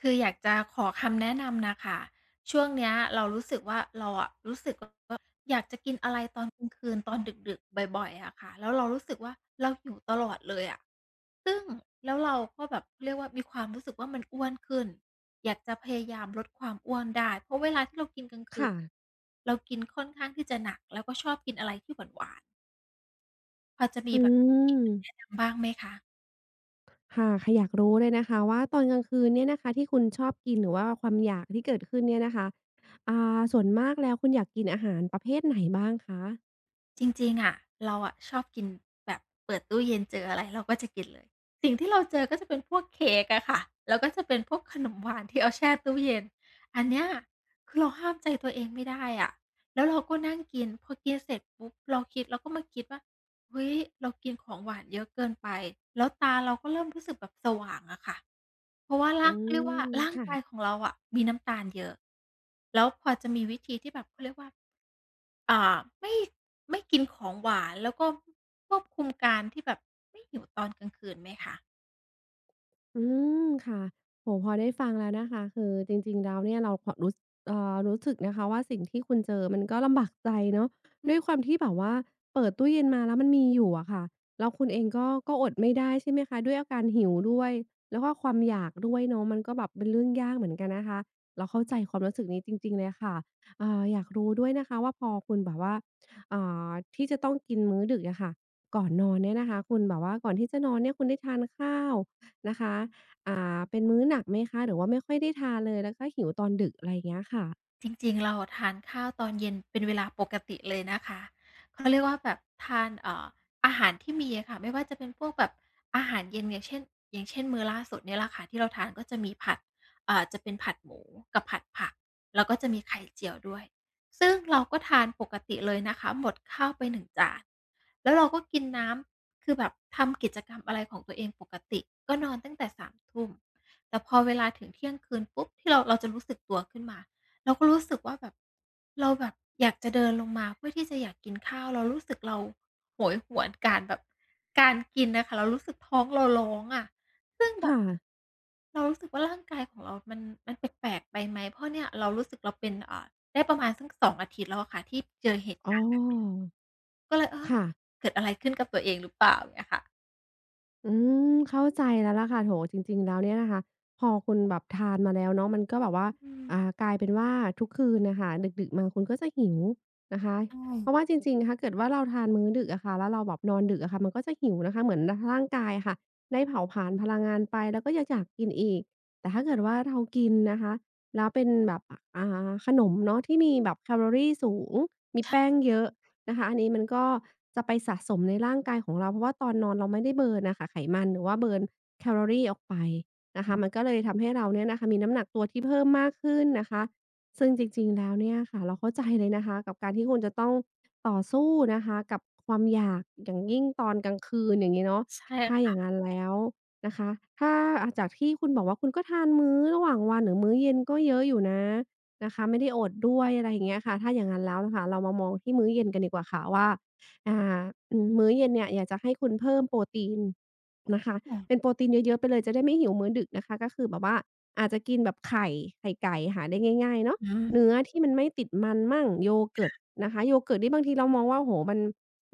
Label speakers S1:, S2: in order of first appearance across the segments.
S1: คืออยากจะขอคำแนะนำน่ะค่ะช่วงเนี้ยเรารู้สึกว่าเราอะรู้สึกว่าอยากจะกินอะไรตอนกลางคืนตอนดึกๆบ่อยๆอะค่ะแล้วเรารู้สึกว่าเราหิวตลอดเลยอะซึ่งแล้วเราก็แบบเรียกว่ามีความรู้สึกว่ามันอ้วนขึ้นอยากจะพยายามลดความอ้วนได้เพราะเวลาที่เรากินกลางคืน
S2: ค่ะ
S1: เรากินค่อนข้างที่จะหนักแล้วก็ชอบกินอะไรที่หวานๆพอจะมี
S2: อื
S1: แบบวิธีไหนแนะ
S2: ม
S1: นำบ้างไหมคะ
S2: ค่ะค่ะอยากรู้เลยนะคะว่าตอนกลางคืนเนี่ยนะคะที่คุณชอบกินหรือว่าความอยากที่เกิดขึ้นเนี่ยนะคะ ส่วนมากแล้วคุณอยากกินอาหารประเภทไหนบ้างคะ
S1: จริงๆอะเราอะชอบกินแบบเปิดตู้เย็นเจออะไรเราก็จะกินเลยสิ่งที่เราเจอก็จะเป็นพวกเค้กอะค่ะแล้วก็จะเป็นพวกขนมหวานที่เอาแช่ตู้เย็นอันเนี้ยคือเราห้ามใจตัวเองไม่ได้อะแล้วเราก็นั่งกินพอกินเสร็จปุ๊บเราคิดเราก็มาคิดว่าเฮ้ยเรากินของหวานเยอะเกินไปแล้วตาเราก็เริ่มรู้สึกแบบสว่างอะค่ะเพราะว่า
S2: อื
S1: ร่างเขาเรียกว่า
S2: ม
S1: ร่าง
S2: ค่ะ
S1: กายของเราอะมีน้ำตาลเยอะแล้วพอจะมีวิธีที่แบบเขาเรียกว่า อ่าไม่ไม่กินของหวานแล้วก็ควบคุมการที่แบบไม่หิวตอนกลางคืนไหมคะ
S2: อืมค่ะโอ้โฮพอได้ฟังแล้วนะคะคือจริงๆแล้วเนี่ยเราขอรู้เอ่อรู้สึกนะคะว่าสิ่งที่คุณเจอมันก็ลำบากใจเนาะด้วยความที่แบบว่าเปิดตู้เย็นมาแล้วมันมีอยู่อะค่ะแล้วคุณเองก็อดไม่ได้ใช่ไหมคะด้วยอาการหิวด้วยแล้วก็ความอยากด้วยเนาะมันก็แบบเป็นเรื่องยากเหมือนกันนะคะเราเข้าใจความรู้สึกนี้จริงๆเลยค่ะอ่าอยากรู้ด้วยนะคะว่าพอคุณแบบว่าอ่ที่จะต้องกินมื้อดึกอะค่ะก่อนนอนเนี่ยนะคะคุณแบบว่าก่อนที่จะนอนเนี่ยคุณได้ทานข้าว นะคะเป็นมื้อหนักไหมคะ หรือว่าไม่ค่อยได้ทานเลยแล้วก็หิวตอนดึกอะไรอย่างเงี้ยค่ะ
S1: จริงๆเราทานข้าวตอนเย็นเป็นเวลาปกติเลยนะคะเขาเรียกว่าแบบทานอาหารที่มีอะค่ะไม่ว่าจะเป็นพวกแบบอาหารเย็นอย่างเช่นอย่างเช่นมื้อล่าสุดเนี่ยแหละค่ะที่เราทานก็จะมีผัดจะเป็นผัดหมูกับผัดผักแล้วก็จะมีไข่เจียวด้วยซึ่งเราก็ทานปกติเลยนะคะหมดข้าวไป1 จานแล้วเราก็กินน้ำคือแบบทำกิจกรรมอะไรของตัวเองปกติก็นอนตั้งแต่สามทุ่มแต่พอเวลาถึงเที่ยงคืนปุ๊บที่เราจะรู้สึกตัวขึ้นมา เราก็รู้สึกว่าแบบเราแบบอยากจะเดินลงมาเพื่อที่จะอยากกินข้าวเรารู้สึกเราโหยหวนการแบบการกินน่ะค่ะเรารู้สึกท้องเราร้องอะซึ่งแบบ
S2: ค่ะ
S1: เรารู้สึกว่าร่างกายของเรามันมันแปลกๆไปไหมเพราะเนี่ยเรารู้สึกเราเป็นได้ประมาณสัก2 อาทิตย์แล้วอะค่ะที่เจอเหตุ
S2: อ๋
S1: การณ์แบบเนี้ย
S2: อ
S1: ก็เลยเออ
S2: ค่ะ
S1: เกิดอะไรขึ้นกับตัวเองหรือเปล่าอย่างเงี้ยค่ะ
S2: อืมเข้าใจแล้วล่ะค่ะโถจริงๆแล้วเนี่ยนะคะพอคุณแบบทานมาแล้วเนาะมันก็แบบว่า
S1: อืม
S2: กลายเป็นว่าทุกคืนน่ะค่ะดึกๆมาคุณก็จะหิวนะคะ
S1: ใช่
S2: เพราะว่าจริงๆถ้าเกิดว่าเราทานมื้อดึกอะค่ะแล้วเราแบบนอนดึกอะค่ะมันก็จะหิวนะคะเหมือนร่างกายอะค่ะได้เผาผลาญพลังงานไปแล้วก็ยังอยากกินอีกแต่ถ้าเกิดว่าเรากินนะคะแล้วเป็นแบบขนมเนาะที่มีแบบแคลอรีสูงมีแป้งเยอะ นะคะอันนี้มันก็จะไปสะสมในร่างกายของเราเพราะว่าตอนนอนเราไม่ได้เบิร์นน่ะค่ะไขมันหรือว่าเบิร์นแคลอรีออกไปนะคะมันก็เลยทำให้เราเนี่ยนะคะมีน้ำหนักตัวที่เพิ่มมากขึ้นนะคะซึ่งจริงๆแล้วเนี่ยค่ะเราเข้าใจเลยนะคะกับการที่คุณจะต้องต่อสู้นะคะกับความอยากอย่างยิ่งตอนกลางคืนอย่างงี้เนาะ
S1: ใช
S2: ถ้าอ
S1: ่
S2: ย่างงั้นแล้วนะคะถ้าจากที่คุณบอกว่าคุณก็ทานมื้อระหว่างวันหรือมื้อเย็นก็เยอะอยู่นะ นะคะไม่ได้อดด้วยอะไรอย่างเงี้ยค่ะถ้าอย่างงั้นแล้วน่ะค่ะเรามามองที่มื้อเย็นกันดีกว่าค่ะว่าอ่ามื้อเย็นเนี่ยอยากจะให้คุณเพิ่มโปรตีนนะคะ
S1: อ
S2: เป็
S1: ม
S2: นโปรตีนเยอะๆไปเลยจะได้ไม่หิวมื้อดึกนะคะก็คือแบบว่าอาจจะกินแบบไข่ไข่ไก่หาได้ง่ายๆเนาะ
S1: อืม
S2: เนื้อที่มันไม่ติดมันมั่งโยเกิร์ตนะคะโยเกิร์ตนี่บางทีเรามองว่าโอ้โฮมัน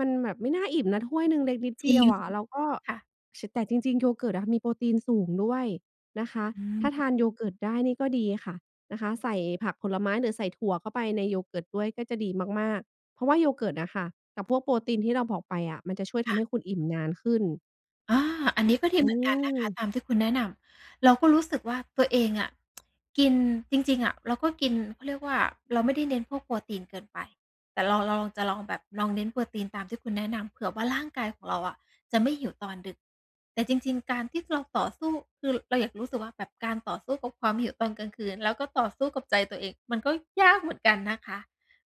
S2: มันแบบไม่น่าอิ่มนะถ้วยหนึ่งเล็กนิด
S1: จ
S2: เดี
S1: ริ
S2: ยว
S1: ง
S2: อะเราก็
S1: ค่ะ
S2: ชแต่จริงๆโยเกิร์ตอะมีโปรตีนสูงด้วยนะคะ
S1: อืม
S2: ถ้าทานโยเกิร์ตได้นี่ก็ดีค่ะ นะคะใส่ผักผลไม้หรือใส่ถั่วเข้าไปในโยเกิร์ตด้วยก็จะดีมากๆเพราะว่าโยเกิร์ตนะค่ะกับพวกโปรตีนที่เราบอกไปอะมันจะช่วยทำให้คุณอิ่มนานขึ้น
S1: อาอันนี้ก็ดี
S2: อื
S1: เหมือนกันนะคะตาม
S2: ม
S1: ที่คุณแนะนำเราก็รู้สึกว่าตัวเองอะกินจริงๆอะเราก็กินเขาเรียกว่าเราไม่ได้เน้นพวกโปรตีนเกินไปแต่เราลองจะลองแบบลองเน้นโปรตีนตามที่คุณแนะนำเผื่อว่าร่างกายของเราอะจะไม่หิวตอนดึกแต่จริงๆการที่เราต่อสู้คือเราอยากรู้สึกว่าแบบการต่อสู้กับความหิวตอนกลางคืนแล้วก็ต่อสู้กับใจตัวเองมันก็ยากเหมือนกันนะคะ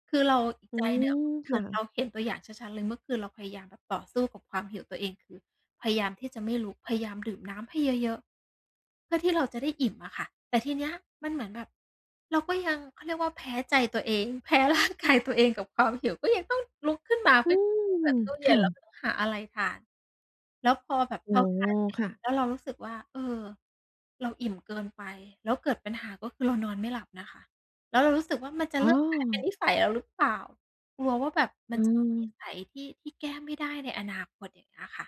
S1: คือเราอีก
S2: อื
S1: ใจเนี่ย
S2: ม
S1: เมื่อคื
S2: ค่ะ
S1: นเราเห็นตัวอย่างชัดๆเลยเมื่อคืนเราพยายามแบบต่อสู้กับความหิวตัวเองคือ พยายามที่จะไม่ลุกพยายามดื่มน้ำให้เยอะๆเพื่อที่เราจะได้อิ่มอะค่ะแต่ทีเนี้ยมันเหมือนแบบเราก็ยังเขาเรียกว่าแพ้ใจตัวเองแพ้ร่างกายตัวเองกับความหิวก็ยังต้องลุกขึ้นมา
S2: อื
S1: เพื่อที่จะ
S2: ม
S1: เปิดตู้เย็น
S2: ค่ะ
S1: แล้วก็ต้องหาอะไรทานแล้วพอแบบ
S2: โอ้
S1: เรา
S2: โฮ
S1: ทานเสร็จ
S2: ค่ะ
S1: แล้วเรารู้สึกว่าเออเราอิ่มเกินไปแล้วเกิดปัญหาก็คือเรานอนไม่หลับนะคะแล้วเรารู้สึกว่ามันจะ
S2: อ๋อ
S1: เริ่มกลายเป็นนิสัยเราหรือเปล่ากลัวว่าแบบมั
S2: เอ
S1: นจะเป็นนิสั
S2: อ
S1: ยที่แก้ไม่ได้ในอนาคตอย่างเงี้ยค่ะ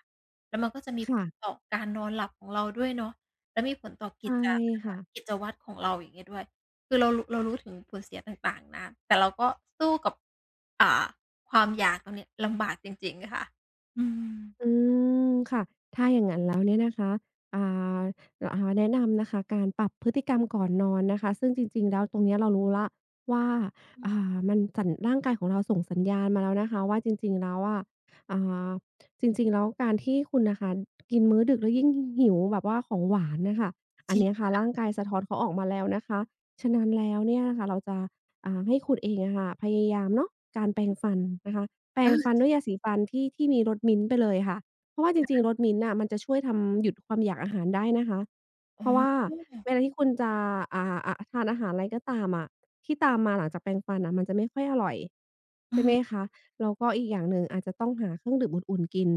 S1: แล้วมันก็จะมีผล
S2: ค่ะ
S1: ต่อการนอนหลับของเราด้วยเนาะแล้วมีผลต่อกิจ
S2: ใช่
S1: เขาเรียก
S2: ค่ะ
S1: ว่ากิจวัตรของเราอย่างงี้ด้วย คือเรารู้ถึงผลเสียต่างๆนะแต่เราก็สู้กับอ่าความอยากตรงเนี้ยลำบากจริงๆค่ะอืม
S2: อืมค่ะถ้าอย่างนั้นแล้วเนี่ยนะคะอ่าแนะนำนะคะการปรับพฤติกรรมก่อนนอนนะคะซึ่งจริงๆแล้วตรงเนี้ยเรารู้แล้วว่า
S1: อืม
S2: มันร่างกายของเราส่งสัญญาณมาแล้วนะคะว่าจริงๆแล้วอะอ่าจริงๆแล้วการที่คุณน่ะค่ะกินมื้อดึกแล้วยิ่งหิวแบบว่าของหวานน่ะค่ะ
S1: จ
S2: อัน
S1: ริง
S2: เนี้ยค่ะร่างกายสะท้อนเขาออกมาแล้วนะคะฉะนั้นแล้วเนี่ยนะคะเราจะให้คุณเองอะค่ะพยายามเนาะการแปรงฟันนะคะ แปรงฟัน
S1: เออ
S2: ด้วยยาสีฟันที่มีรสมิ้นต์ไปเลยค่ะเพราะว่าจริงๆรสมิ้นต์น่ะมันจะช่วยทำหยุดความอยากอาหารได้นะคะ
S1: อ๋
S2: เพราะว่า
S1: อ
S2: เวลาที่คุณจะทานอาหารอะไรก็ตามอะที่ตามมาหลังจากแปรงฟันน่ะมันจะไม่ค่อยอร่อย
S1: อื
S2: ใช่ไหม
S1: ม
S2: คะแล้วก็อีกอย่างหนึ่งอาจจะต้องหาเครื่องดื่มอุ่นๆกิน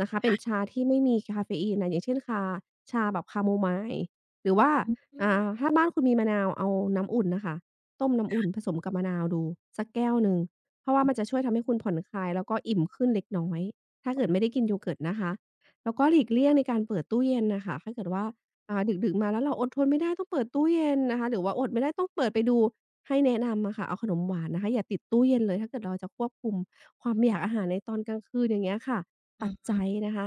S2: นะคะเป็น
S1: ค่ะ
S2: ชาที่ไม่มีกาเฟอีนน่ะอย่างเช่นชาแบบคคโมไมล์หรือว่า
S1: อืม
S2: ถ้าบ้านคุณมีมะนาวเอาน้ำอุ่นน่ะค่ะต้มน้ำอุ่นผสมกับมะนาวดูสักแก้วหนึ่ง เพราะว่ามันจะช่วยทำให้คุณผ่อนคลายแล้วก็อิ่มขึ้นเล็กน้อย ถ้าเกิดไม่ได้กิน yogurt นะคะ แล้วก็หลีกเลี่ยงในการเปิดตู้เย็นน่ะค่ะถ้าเกิดว่าดึกๆมาแล้วเราอดทนไม่ได้ต้องเปิดตู้เย็นนะคะหรือว่าอดไม่ได้ต้องเปิดไปดูให้แนะนำอะค่ะเอาขนมหวานนะคะอย่าติดตู้เย็นเลยถ้าเกิดเราจะควบคุมความอยากอาหารในตอนกลางคืนอย่างเงี้ยค่ะตัดใจนะคะ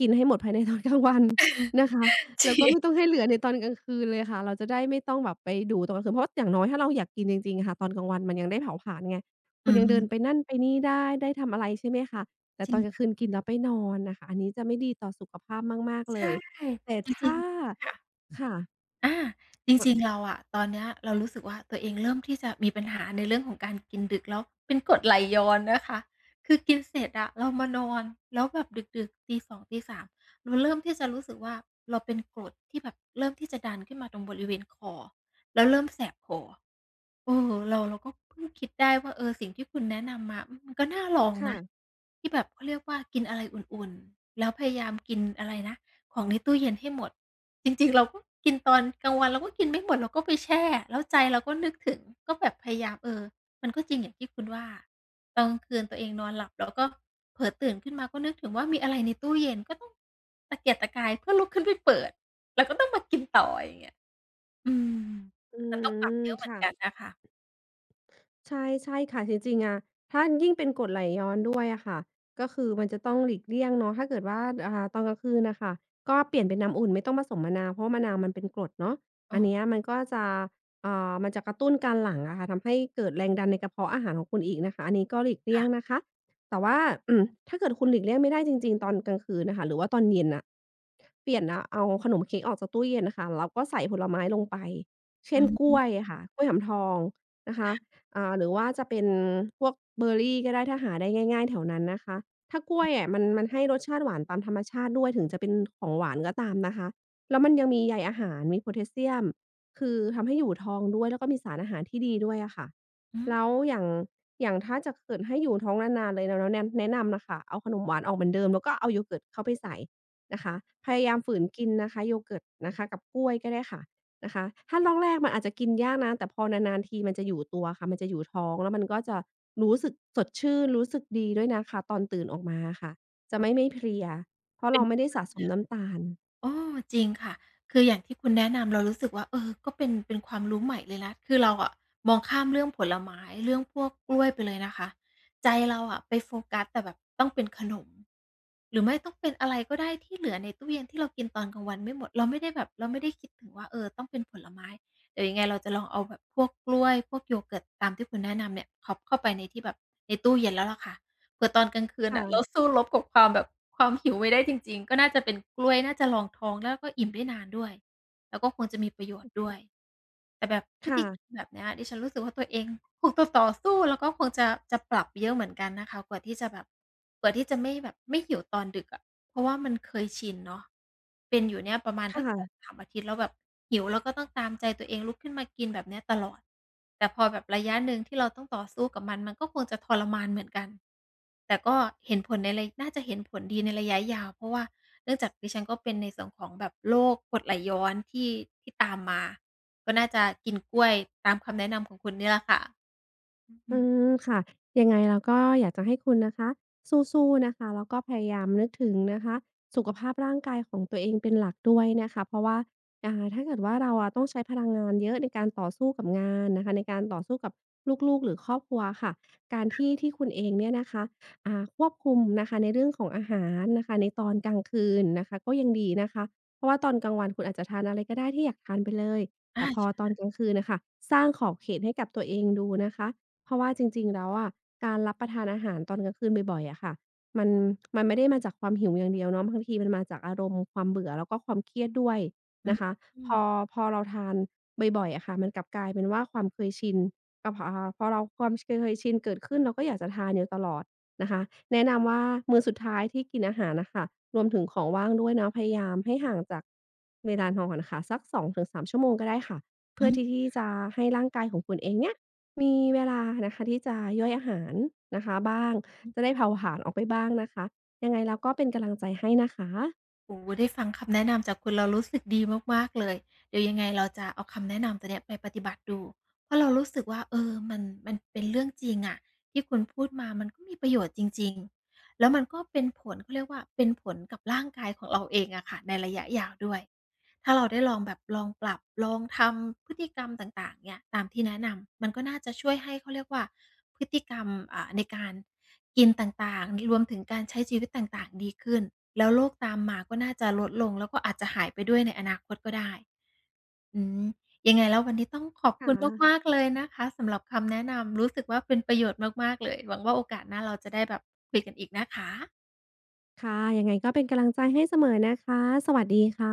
S2: กินให้หมดภายในตอนกลางวัน นะคะ
S1: จ
S2: แล้
S1: ริ
S2: วก็ไม่ต้อ
S1: ง
S2: งให้เหลือในตอนกลางคืนเลยค่ะเราจะได้ไม่ต้องแบบไปดูตอนกลางคืนเพราะอย่างน้อยถ้าเราอยากกินจริงๆอะค่ะตอนกลางวันมันยังได้เผาผลาญไง
S1: อื
S2: คุณยังเดินไป
S1: ม
S2: นั่นไปนี่ได้ทำอะไรใช่ไหมคะแต่
S1: จริ
S2: ต
S1: ง
S2: อนกลาง
S1: ค่ะ
S2: คืนกินแล้วไปนอนน่ะค่ะอันนี้จะไม่ดีต่อสุขภาพมากๆเล
S1: ใช่
S2: ยแต่
S1: จริง
S2: ถ้า
S1: ๆค่ะ
S2: ค่ะ
S1: อาจริง
S2: อ
S1: ๆเราอะตอนเนี้ยเรารู้สึกว่าตัวเองเริ่มที่จะมีปัญหาในเรื่องของการกินดึกแล้วเป็นกรดไหลย้อนนะคะคือกินเสร็จอะเรามานอนแล้วแบบดึกๆตีสองตี3ามเราเริ่มที่จะรู้สึกว่าเราเป็นกรดที่แบบเริ่มที่จะดันขึ้นมาตรงบริเวณคอแล้วเริ่มแสบคอเราก็เพิ่งคิดได้ว่าสิ่งที่คุณแนะนำมามันก็น่าลอง
S2: ค่ะ
S1: นะที่แบบเขาเรียกว่ากินอะไรอุ่นๆแล้วพยายามกินอะไรนะ ของในตู้เย็นให้หมดจริงๆเราก็กินตอนกลางวันเราก็กินไม่หมดเราก็ไปแช่แล้วใจเราก็นึกถึงก็แบบพยายามมันก็จริงอย่างที่คุณว่าตอนกลางคืนตัวเองนอนหลับแล้วก็เผลอตื่นขึ้นมาก็นึกถึงว่ามีอะไรในตู้เย็นก็ต้องตะเกียกตะกายเพื่อลุกขึ้นไปเปิดแล้วก็ต้องมากินต่ออย่างเงี้ยอืม
S2: อื
S1: มันต้องปรับ
S2: ม
S1: เยอะเหมือน
S2: ค่ะ
S1: กันนะคะ
S2: ใช่ใช่ค่ะจริงๆอะถ้ายิ่งเป็นกรดไหลย้อนด้วยอะค่ะก็คือมันจะต้องหลีกเลี่ยงเนาะถ้าเกิดว่าตอนกลางคืนน่ะค่ะก็เปลี่ยนเป็นน้ำอุ่นไม่ต้องผสมมะนาวเพราะว่ามะนาวมันเป็นกรดเนาะ
S1: เอ
S2: อันเนี้ย
S1: อ
S2: มันก็จะมันจะกระตุ้นการหลั่งอะค่ะทำให้เกิดแรงดันในกระเพาะอาหารของคุณอีกนะคะอันนี้ก็หลีกเลี่
S1: ค่ะ
S2: ยงนะคะแต่ว่าอืมถ้าเกิดคุณหลีกเลี่ยงไม่ได้จริงๆตอนกลางคืนน่ะค่ะหรือว่าตอนเย็นน่ะเปลี่ยนนะเอาขนมเค้กออกจากตู้เย็นน่ะค่ะแล้วก็ใส่ผลไม้ลงไป
S1: อื
S2: เช่นกล้วย
S1: ม
S2: อะค่ะกล้วยหำทองนะคะ หรือว่าจะเป็นพวกเบอร์รีก็ได้ถ้าหาได้ง่ายๆแถวนั้นนะคะถ้ากล้วยอะมันให้รสชาติหวานตามธรรมชาติด้วยถึงจะเป็นของหวานก็ตามนะคะแล้วมันยังมีใยอาหารมีโพแทสเซียมคือทำให้อยู่ท้องด้วยแล้วก็มีสารอาหารที่ดีด้วยอะค่ะ
S1: อืม
S2: แล้วอย่างถ้าจะเกิดให้อยู่ท้องนานๆเลยเราแนะนำน่ะค่ะเอาขนมหวานออกเหมือนเดิมแล้วก็เอาโยเกิร์ตเข้าไปใส่นะคะพยายามฝืนกินนะคะโยเกิร์ตนะคะกับกล้วยก็ได้ค่ะ นะคะถ้าแรกๆมันอาจจะกินยากนะแต่พอนานๆทีมันจะอยู่ตัวค่ะมันจะอยู่ท้องแล้วมันก็จะรู้สึกสดชื่นรู้สึกดีด้วยนะคะตอนตื่นออกมาอะค่ะ
S1: โอ้
S2: จะ
S1: โฮ
S2: ไม่
S1: เป็น
S2: ไม่เพลียเพราะ
S1: เป็
S2: เรา
S1: น
S2: ไม่ได้สะสม น้ำตาล
S1: อ้อจริงค่ะคืออย่างที่คุณแนะนำเรารู้สึกว่าก็เป็นความรู้ใหม่เลยนะคือเราอะมองข้ามเรื่องผลไม้เรื่องพวกกล้วยไปเลยนะคะใจเราอะไปโฟกัสแต่แบบต้องเป็นขนมหรือไม่ต้องเป็นอะไรก็ได้ที่เหลือในตู้เย็นที่เรากินตอนกลางวันไม่หมดเราไม่ได้แบบเราไม่ได้คิดถึงว่าต้องเป็นผลไม้เดี๋ยวยังไงเราจะลองเอาแบบพวกกล้วยพวกโยเกิร์ตตามที่คุณแนะนำเนี่ยพร็อปเข้าไปในที่แบบในตู้เย็นแล้วล่ะค่ะ เผื่อตอนกลางคืนน่ะเรา
S2: ค่ะ
S1: สู้รบกับความแบบความหิวไม่ได้จริงๆก็น่าจะเป็นกล้วยน่าจะรองท้องแล้วก็อิ่มได้นานด้วยแล้วก็คงจะมีประโยชน์ด้วยแต่แบบพฤ
S2: ค่ะ
S1: ติกรรมแบบเนี้ยดิฉันรู้สึกว่าตัวเองคงต้องต่อสู้แล้วก็คงจะปรับเยอะเหมือนกันนะคะกว่าที่จะแบบกว่าที่จะไม่แบบไม่หิวตอนดึกอะเพราะว่ามันเคยชินเนาะเป็นอยู่เนี่ยประมาณ
S2: ค
S1: สักสอง
S2: ่ะ
S1: สามอาทิตย์แล้วแบบหิวแล้วก็ต้องตามใจตัวเองลุกขึ้นมากินแบบเนี้ยตลอดแต่พอแบบระยะหนึ่งที่เราต้องต่อสู้กับมันมันก็คงจะทรมานเหมือนกัน แต่ก็เห็นผลในระยะน่าจะเห็นผลดีในระยะยาวเพราะว่าเนื่องจากดิฉันก็เป็นในส่วนของแบบโรคกรดไหลย้อนที่ตามมาก็น่าจะกินกล้วยตามคำแนะนำของคุณเนี่ยแหละค่ะอื
S2: อื
S1: ม
S2: มค่ะยังไงเราก็อยากจะให้คุณนะคะสู้ๆนะคะแล้วก็พยายามนึกถึงนะคะสุขภาพร่างกายของตัวเองเป็นหลักด้วยนะคะเพราะว่าถ้าเกิดว่าเราอะต้องใช้พลังงานเยอะในการต่อสู้กับงานนะคะในการต่อสู้กับลูกๆหรือครอบครัวค่ะการที่ที่คุณเองเนี่ยนะคะควบคุมนะคะในเรื่องของอาหารนะคะในตอนกลางคืนนะคะก็ยังดีนะคะเพราะว่าตอนกลางวันคุณอาจจะทานอะไรก็ได้ที่อยากทานไปเลยแต่
S1: อา
S2: พอ
S1: ช
S2: ตอนกลางคืนนะคะสร้างขอบเขตให้กับตัวเองดูนะคะ เพราะว่าจริงๆแล้วอะการรับประทานอาหารตอนกลางคืนบ่อยๆอะค่ะมันมันไม่ได้มาจากความหิวอย่างเดียวเนาะบางทีมันมาจากอารมณ์ความเบื่อแล้วก็ความเครียดด้วย
S1: อืม
S2: นะคะ
S1: อื
S2: พ
S1: ม
S2: อพอเราทานบ่อยๆอะค่ะมันกลับกลายเป็นว่าความเคยชินกับพอเราความเคยชินเกิดขึ้นเราก็อยากจะทานอยู่ตลอดนะคะแนะนำว่ามื้อสุดท้ายที่กินอาหารน่ะค่ะรวมถึงของว่างด้วยเนาะพยายามให้ห่างจากเวลานอนค่ะสัก2 ถึง 3 ชั่วโมงก็ได้ค่ะเพื่
S1: อื
S2: อที่ที่จะให้ร่างกายของคุณเองเนี่ย มีเวลานะคะที่จะย่อยอาหารนะคะบ้างจะ
S1: ม
S2: ได้เผาผลาญออกไปบ้างนะคะยังไงแล้วก็เป็นกำลังใจให้นะคะ
S1: โอ้โฮได้ฟังคำแนะนำจากคุณเรารู้สึกดีมากๆเลย เดี๋ยวยังไงเราจะเอาคำแนะนำตัวเนี้ยไปปฏิบัติดูเพราะเรารู้สึกว่ามันเป็นเรื่องจริงอะที่คุณพูดมามันก็มีประโยชน์จริงๆแล้วมันก็เป็นผลเขาเรียกว่าเป็นผลกับร่างกายของเราเองอะค่ะในระยะยาวด้วย ถ้าเราได้ลองแบบลองปรับลองทำพฤติกรรมต่างๆเนี่ยตามที่แนะนำมันก็น่าจะช่วยให้เขาเรียกว่าพฤติกรรมในการกินต่างๆรวมถึงการใช้ชีวิตต่างๆดีขึ้นแล้วโรคตามมาก็น่าจะลดลงแล้วก็อาจจะหายไปด้วยในอนาคตก็ได้อืมยังไงแล้ววันนี้ต้องขอบคุ
S2: ค่ะ
S1: ณมากๆเลยนะคะสำหรับคำแนะนำรู้สึกว่าเป็นประโยชน์มากๆเลยหวังว่าโอกาสหน้าเราจะได้แบบคุยกันอีกนะคะ
S2: ค่ะยังไงก็เป็นกำลังใจให้เสมอนะคะสวัสดีค่ะ